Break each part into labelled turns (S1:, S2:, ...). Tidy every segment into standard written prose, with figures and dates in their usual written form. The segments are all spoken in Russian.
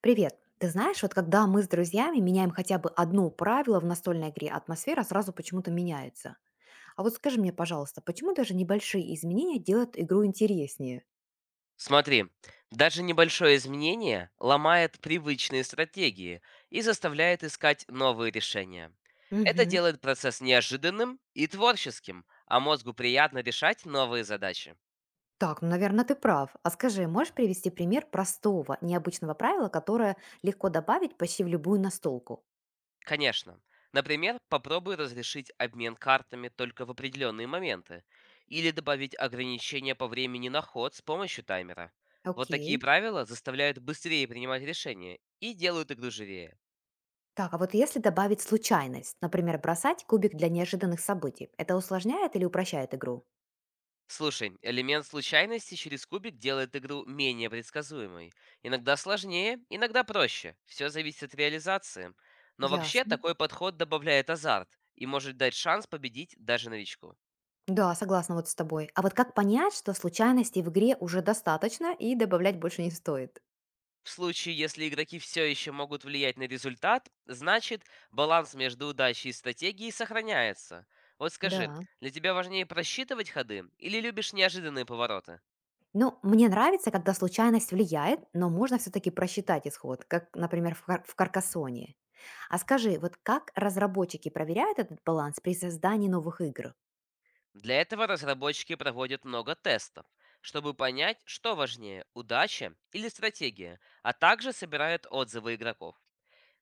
S1: Привет. Ты знаешь, вот когда мы с друзьями меняем хотя бы одно правило в настольной игре, атмосфера сразу почему-то меняется. А вот скажи мне, пожалуйста, почему даже небольшие изменения делают игру интереснее?
S2: Смотри, даже небольшое изменение ломает привычные стратегии и заставляет искать новые решения. Это
S1: Мгм.
S2: делает процесс неожиданным и творческим, а мозгу приятно решать новые задачи.
S1: Так, ну, наверное, ты прав. А скажи, можешь привести пример простого, необычного правила, которое легко добавить почти в любую настолку?
S2: Конечно. Например, попробуй разрешить обмен картами только в определенные моменты или добавить ограничения по времени на ход с помощью таймера. Вот такие
S1: Окей.
S2: правила заставляют быстрее принимать решения и делают игру живее.
S1: Так, а вот если добавить случайность, например, бросать кубик для неожиданных событий, это усложняет или упрощает игру?
S2: Слушай, элемент случайности через кубик делает игру менее предсказуемой. Иногда сложнее, иногда проще. Все зависит от реализации. Но вообще
S1: Ясно.
S2: такой подход добавляет азарт и может дать шанс победить даже новичку.
S1: Да, согласна вот с тобой. А вот как понять, что случайностей в игре уже достаточно и добавлять больше не стоит?
S2: В случае, если игроки все еще могут влиять на результат, значит баланс между удачей и стратегией сохраняется. Вот скажи,
S1: Да.
S2: для тебя важнее просчитывать ходы или любишь неожиданные повороты?
S1: Ну, мне нравится, когда случайность влияет, но можно все-таки просчитать исход, как, например, в, в Каркасоне. А скажи, вот как разработчики проверяют этот баланс при создании новых игр?
S2: Для этого разработчики проводят много тестов, чтобы понять, что важнее– удача или стратегия, а также собирают отзывы игроков.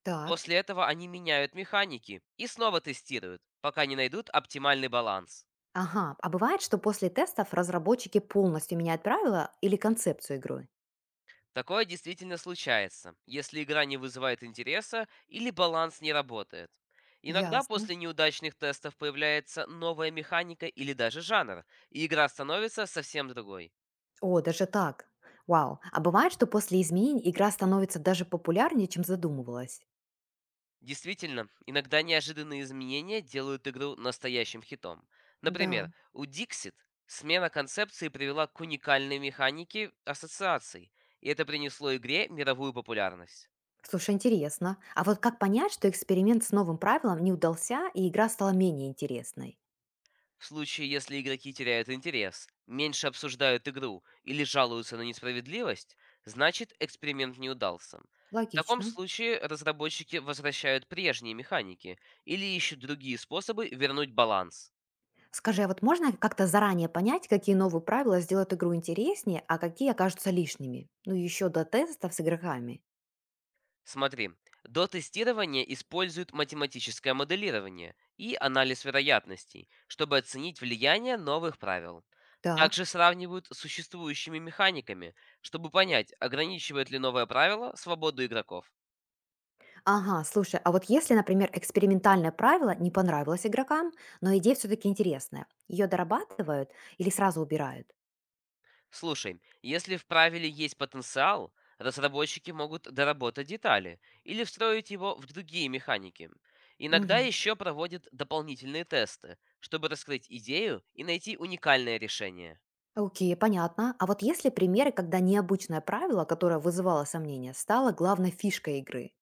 S1: Так.
S2: После этого они меняют механики и снова тестируют, пока не найдут оптимальный баланс.
S1: Ага, а бывает, что после тестов разработчики полностью меняют правила или концепцию игры?
S2: Такое действительно случается, если игра не вызывает интереса или баланс не работает. Иногда
S1: Ясно.
S2: после неудачных тестов появляется новая механика или даже жанр, и игра становится совсем другой.
S1: О, даже так. Вау. А бывает, что после изменений игра становится даже популярнее, чем задумывалась?
S2: Действительно, иногда неожиданные изменения делают игру настоящим хитом.
S1: Да.
S2: Например, у Dixit смена концепции привела к уникальной механике ассоциаций, и это принесло игре мировую популярность.
S1: Слушай, интересно. А вот как понять, что эксперимент с новым правилом не удался, и игра стала менее интересной?
S2: В случае, если игроки теряют интерес, меньше обсуждают игру или жалуются на несправедливость, значит эксперимент не удался. В таком
S1: Логично.
S2: случае разработчики возвращают прежние механики или ищут другие способы вернуть баланс.
S1: Скажи, а вот можно как-то заранее понять, какие новые правила сделают игру интереснее, а какие окажутся лишними? Ну, еще до тестов с игроками.
S2: Смотри, до тестирования используют математическое моделирование и анализ вероятностей, чтобы оценить влияние новых правил.
S1: Так.
S2: Также сравнивают с существующими механиками, чтобы понять, ограничивает ли новое правило свободу игроков.
S1: Ага, слушай, а вот если, например, экспериментальное правило не понравилось игрокам, но идея все-таки интересная, ее дорабатывают или сразу убирают?
S2: Слушай, если в правиле есть потенциал, разработчики могут доработать детали или встроить его в другие механики. Иногда
S1: Угу.
S2: еще проводят дополнительные тесты, чтобы раскрыть идею и найти уникальное решение.
S1: Окей, понятно. А вот есть ли примеры, когда необычное правило, которое вызывало сомнения, стало главной фишкой игры?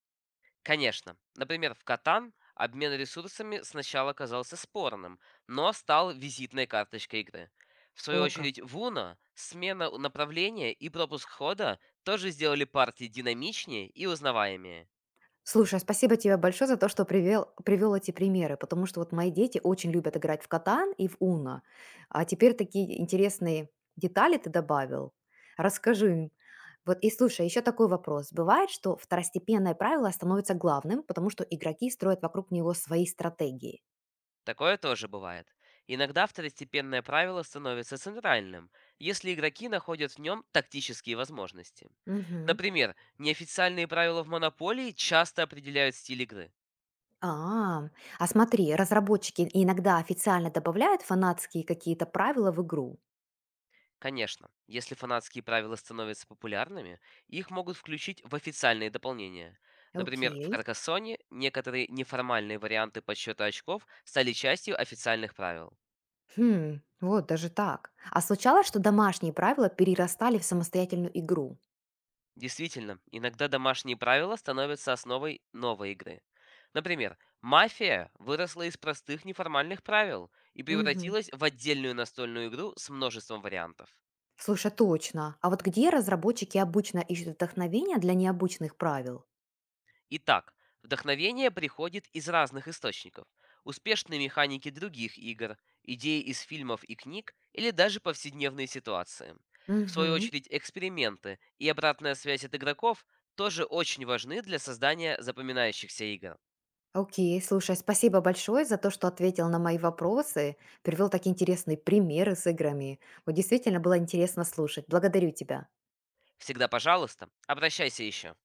S2: Конечно. Например, в Катан обмен ресурсами сначала казался спорным, но стал визитной карточкой игры. В свою
S1: О, как.
S2: очередь, в Уно смена направления и пропуск хода тоже сделали партии динамичнее и узнаваемее.
S1: Слушай, а спасибо тебе большое за то, что привел эти примеры, потому что вот мои дети очень любят играть в Катан и в Уно. А теперь такие интересные детали ты добавил. Расскажи им. Вот и слушай, еще такой вопрос. Бывает, что второстепенное правило становится главным, потому что игроки строят вокруг него свои стратегии.
S2: Такое тоже бывает. Иногда второстепенное правило становится центральным, если игроки находят в нем тактические возможности.
S1: Мгм.
S2: Например, неофициальные правила в Монополии часто определяют стиль игры.
S1: А, а смотри, разработчики иногда официально добавляют фанатские какие-то правила в игру.
S2: Конечно, если фанатские правила становятся популярными, их могут включить в официальные дополнения. Например, в
S1: Окей.
S2: Каркассоне некоторые неформальные варианты подсчета очков стали частью официальных правил.
S1: Хм, вот даже так. А случалось, что домашние правила перерастали в самостоятельную игру?
S2: Действительно, иногда домашние правила становятся основой новой игры. Например, мафия выросла из простых неформальных правил и
S1: Мгм.
S2: превратилась в отдельную настольную игру с множеством вариантов.
S1: Слушай, а точно. А вот где разработчики обычно ищут вдохновение для необычных правил?
S2: Итак, вдохновение приходит из разных источников. Успешные механики других игр, идеи из фильмов и книг или даже повседневные ситуации. В свою
S1: Мгм.
S2: очередь, эксперименты и обратная связь от игроков тоже очень важны для создания запоминающихся игр.
S1: Окей, слушай, спасибо большое за то, что ответил на мои вопросы, привел такие интересные примеры с играми. Вот действительно было интересно слушать. Благодарю тебя.
S2: Всегда, пожалуйста, обращайся еще.